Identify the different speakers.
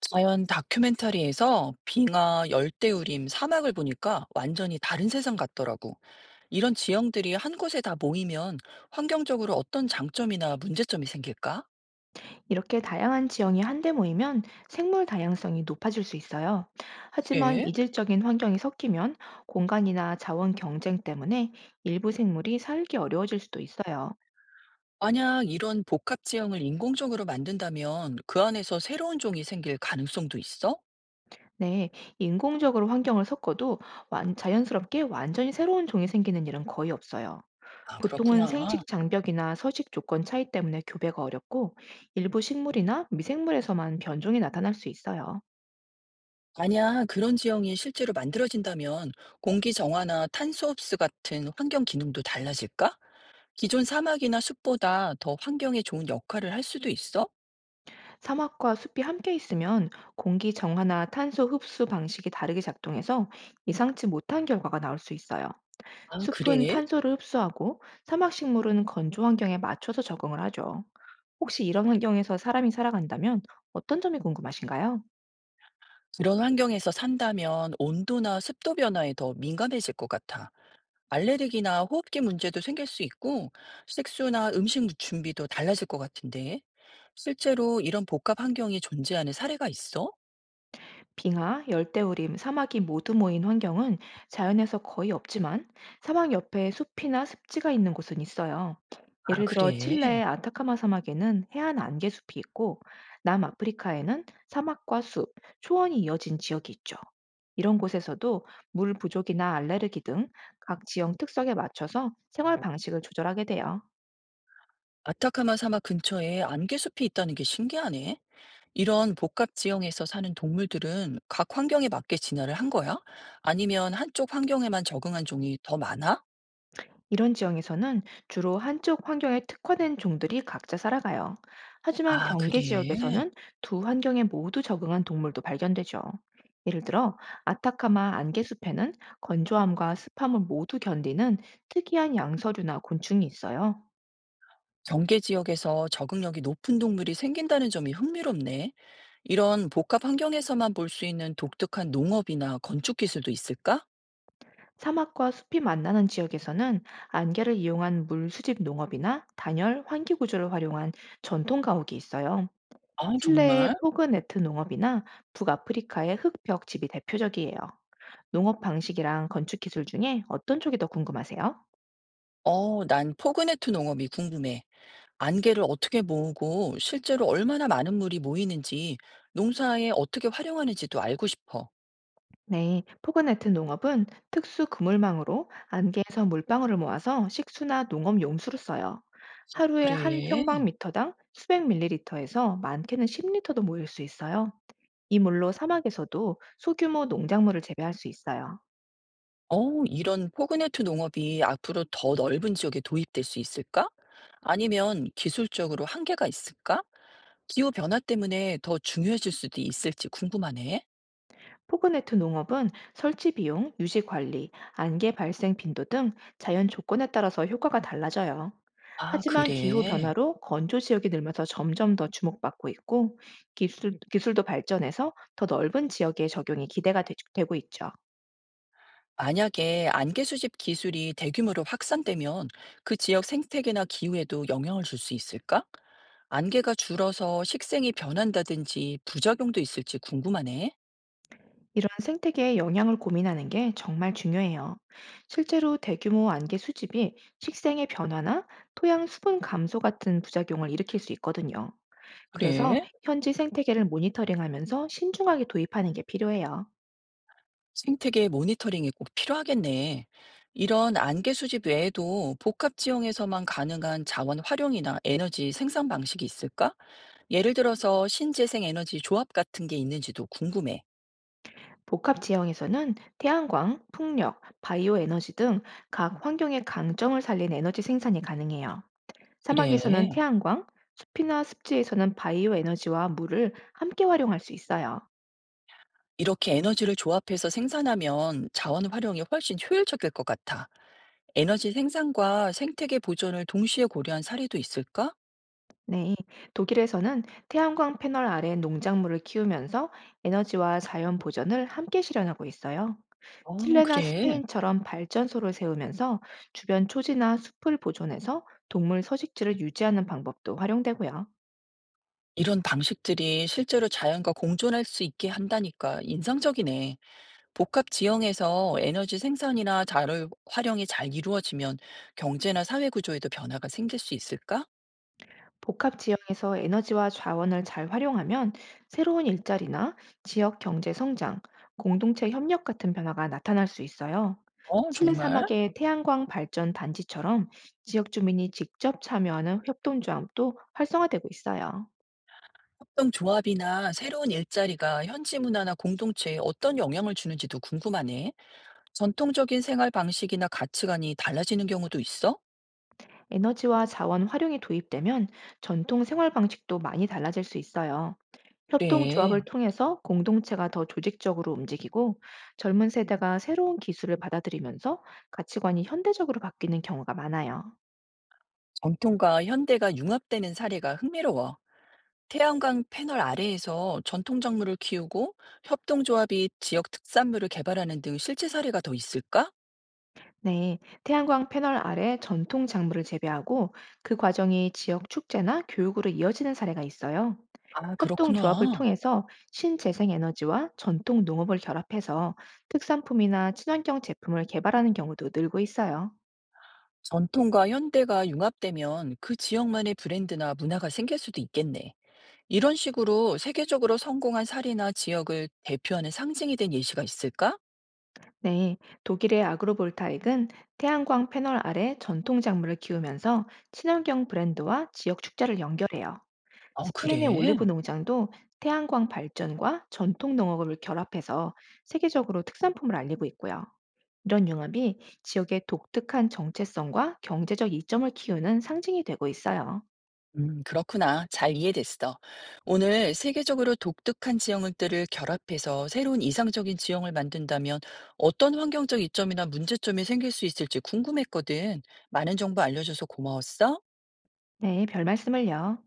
Speaker 1: 자연 다큐멘터리에서 빙하, 열대우림, 사막을 보니까 완전히 다른 세상 같더라고. 이런 지형들이 한 곳에 다 모이면 환경적으로 어떤 장점이나 문제점이 생길까?
Speaker 2: 이렇게 다양한 지형이 한데 모이면 생물 다양성이 높아질 수 있어요. 하지만
Speaker 1: 그래?
Speaker 2: 이질적인 환경이 섞이면 공간이나 자원 경쟁 때문에 일부 생물이 살기 어려워질 수도 있어요.
Speaker 1: 만약 이런 복합 지형을 인공적으로 만든다면 그 안에서 새로운 종이 생길 가능성도 있어?
Speaker 2: 네, 인공적으로 환경을 섞어도 자연스럽게 완전히 새로운 종이 생기는 일은 거의 없어요.
Speaker 1: 아,
Speaker 2: 보통은
Speaker 1: 그렇구나.
Speaker 2: 생식 장벽이나 서식 조건 차이 때문에 교배가 어렵고 일부 식물이나 미생물에서만 변종이 나타날 수 있어요.
Speaker 1: 만약 그런 지형이 실제로 만들어진다면 공기 정화나 탄소 흡수 같은 환경 기능도 달라질까? 기존 사막이나 숲보다 더 환경에 좋은 역할을 할 수도 있어?
Speaker 2: 사막과 숲이 함께 있으면 공기 정화나 탄소 흡수 방식이 다르게 작동해서 예상치 못한 결과가 나올 수 있어요.
Speaker 1: 아,
Speaker 2: 숲은
Speaker 1: 그래?
Speaker 2: 탄소를 흡수하고 사막 식물은 건조 환경에 맞춰서 적응을 하죠. 혹시 이런 환경에서 사람이 살아간다면 어떤 점이 궁금하신가요?
Speaker 1: 그런 환경에서 산다면 온도나 습도 변화에 더 민감해질 것 같아. 알레르기나 호흡기 문제도 생길 수 있고, 식수나 음식 준비도 달라질 것 같은데. 실제로 이런 복합 환경이 존재하는 사례가 있어?
Speaker 2: 빙하, 열대우림, 사막이 모두 모인 환경은 자연에서 거의 없지만 사막 옆에 숲이나 습지가 있는 곳은 있어요.
Speaker 1: 아,
Speaker 2: 예를 들어
Speaker 1: 그래.
Speaker 2: 칠레의 안타카마 사막에는 해안 안개숲이 있고 남아프리카에는 사막과 숲, 초원이 이어진 지역이 있죠. 이런 곳에서도 물 부족이나 알레르기 등 각 지형 특성에 맞춰서 생활 방식을 조절하게 돼요.
Speaker 1: 아타카마 사막 근처에 안개숲이 있다는 게 신기하네. 이런 복합 지형에서 사는 동물들은 각 환경에 맞게 진화를 한 거야? 아니면 한쪽 환경에만 적응한 종이 더 많아?
Speaker 2: 이런 지형에서는 주로 한쪽 환경에 특화된 종들이 각자 살아가요. 하지만
Speaker 1: 아,
Speaker 2: 경계
Speaker 1: 그래.
Speaker 2: 지역에서는 두 환경에 모두 적응한 동물도 발견되죠. 예를 들어, 아타카마 안개숲에는 건조함과 습함을 모두 견디는 특이한 양서류나 곤충이 있어요.
Speaker 1: 경계 지역에서 적응력이 높은 동물이 생긴다는 점이 흥미롭네. 이런 복합 환경에서만 볼 수 있는 독특한 농업이나 건축 기술도 있을까?
Speaker 2: 사막과 숲이 만나는 지역에서는 안개를 이용한 물 수집 농업이나 단열, 환기 구조를 활용한 전통 가옥이 있어요.
Speaker 1: 아, 정말?
Speaker 2: 칠레의 포그네트 농업이나 북아프리카의 흙벽 집이 대표적이에요. 농업 방식이랑 건축 기술 중에 어떤 쪽이 더 궁금하세요?
Speaker 1: 어, 난 포그네트 농업이 궁금해. 안개를 어떻게 모으고 실제로 얼마나 많은 물이 모이는지 농사에 어떻게 활용하는지도 알고 싶어.
Speaker 2: 네, 포그네트 농업은 특수 그물망으로 안개에서 물방울을 모아서 식수나 농업 용수로 써요.
Speaker 1: 아,
Speaker 2: 하루에 한
Speaker 1: 그래.
Speaker 2: 평방미터당 수백 밀리리터에서 많게는 10리터도 모일 수 있어요. 이 물로 사막에서도 소규모 농작물을 재배할 수 있어요.
Speaker 1: 어, 이런 포그네트 농업이 앞으로 더 넓은 지역에 도입될 수 있을까? 아니면 기술적으로 한계가 있을까? 기후 변화 때문에 더 중요해질 수도 있을지 궁금하네.
Speaker 2: 포그네트 농업은 설치 비용, 유지 관리, 안개 발생 빈도 등 자연 조건에 따라서 효과가 달라져요.
Speaker 1: 아,
Speaker 2: 하지만 기후
Speaker 1: 그래.
Speaker 2: 변화로 건조 지역이 늘면서 점점 더 주목받고 있고 기술도 발전해서 더 넓은 지역에 적용이 기대가 되, 고 있죠.
Speaker 1: 만약에 안개 수집 기술이 대규모로 확산되면 그 지역 생태계나 기후에도 영향을 줄 수 있을까? 안개가 줄어서 식생이 변한다든지 부작용도 있을지 궁금하네.
Speaker 2: 이런 생태계의 영향을 고민하는 게 정말 중요해요. 실제로 대규모 안개 수집이 식생의 변화나 토양 수분 감소 같은 부작용을 일으킬 수 있거든요. 그래서
Speaker 1: 그래.
Speaker 2: 현지 생태계를 모니터링하면서 신중하게 도입하는 게 필요해요.
Speaker 1: 생태계 모니터링이 꼭 필요하겠네. 이런 안개 수집 외에도 복합 지형에서만 가능한 자원 활용이나 에너지 생산 방식이 있을까? 예를 들어서 신재생 에너지 조합 같은 게 있는지도 궁금해.
Speaker 2: 복합 지형에서는 태양광, 풍력, 바이오 에너지 등 각 환경의 강점을 살린 에너지 생산이 가능해요.
Speaker 1: 그래.
Speaker 2: 사막에서는 태양광, 숲이나 습지에서는 바이오 에너지와 물을 함께 활용할 수 있어요.
Speaker 1: 이렇게 에너지를 조합해서 생산하면 자원 활용이 훨씬 효율적일 것 같아. 에너지 생산과 생태계 보존을 동시에 고려한 사례도 있을까?
Speaker 2: 네, 독일에서는 태양광 패널 아래 농작물을 키우면서 에너지와 자연 보전을 함께 실현하고 있어요.
Speaker 1: 어,
Speaker 2: 칠레나
Speaker 1: 그래.
Speaker 2: 스페인처럼 발전소를 세우면서 주변 초지나 숲을 보존해서 동물 서식지를 유지하는 방법도 활용되고요.
Speaker 1: 이런 방식들이 실제로 자연과 공존할 수 있게 한다니까 인상적이네. 복합 지형에서 에너지 생산이나 자료 활용이 잘 이루어지면 경제나 사회 구조에도 변화가 생길 수 있을까?
Speaker 2: 복합 지형에서 에너지와 자원을 잘 활용하면 새로운 일자리나 지역 경제 성장, 공동체 협력 같은 변화가 나타날 수 있어요.
Speaker 1: 어,
Speaker 2: 칠레
Speaker 1: 정말?
Speaker 2: 사막의 태양광 발전 단지처럼 지역 주민이 직접 참여하는 협동조합도 활성화되고 있어요.
Speaker 1: 협동조합이나 새로운 일자리가 현지 문화나 공동체에 어떤 영향을 주는지도 궁금하네. 전통적인 생활 방식이나 가치관이 달라지는 경우도 있어?
Speaker 2: 에너지와 자원 활용이 도입되면 전통 생활 방식도 많이 달라질 수 있어요. 협동조합을
Speaker 1: 그래.
Speaker 2: 통해서 공동체가 더 조직적으로 움직이고 젊은 세대가 새로운 기술을 받아들이면서 가치관이 현대적으로 바뀌는 경우가 많아요.
Speaker 1: 전통과 현대가 융합되는 사례가 흥미로워. 태양광 패널 아래에서 전통 작물을 키우고 협동조합이 지역 특산물을 개발하는 등 실제 사례가 더 있을까?
Speaker 2: 네, 태양광 패널 아래 전통 작물을 재배하고 그 과정이 지역 축제나 교육으로 이어지는 사례가 있어요.
Speaker 1: 아, 그렇구나.
Speaker 2: 협동조합을 통해서 신재생에너지와 전통 농업을 결합해서 특산품이나 친환경 제품을 개발하는 경우도 늘고 있어요.
Speaker 1: 전통과 현대가 융합되면 그 지역만의 브랜드나 문화가 생길 수도 있겠네. 이런 식으로 세계적으로 성공한 사례나 지역을 대표하는 상징이 된 예시가 있을까?
Speaker 2: 네, 독일의 아그로볼타익은 태양광 패널 아래 전통 작물을 키우면서 친환경 브랜드와 지역 축제를 연결해요.
Speaker 1: 아,
Speaker 2: 스페인의 올리브
Speaker 1: 그래?
Speaker 2: 농장도 태양광 발전과 전통 농업을 결합해서 세계적으로 특산품을 알리고 있고요. 이런 융합이 지역의 독특한 정체성과 경제적 이점을 키우는 상징이 되고 있어요.
Speaker 1: 그렇구나. 잘 이해됐어. 오늘 세계적으로 독특한 지형들을 결합해서 새로운 이상적인 지형을 만든다면 어떤 환경적 이점이나 문제점이 생길 수 있을지 궁금했거든. 많은 정보 알려줘서 고마웠어.
Speaker 2: 네, 별 말씀을요.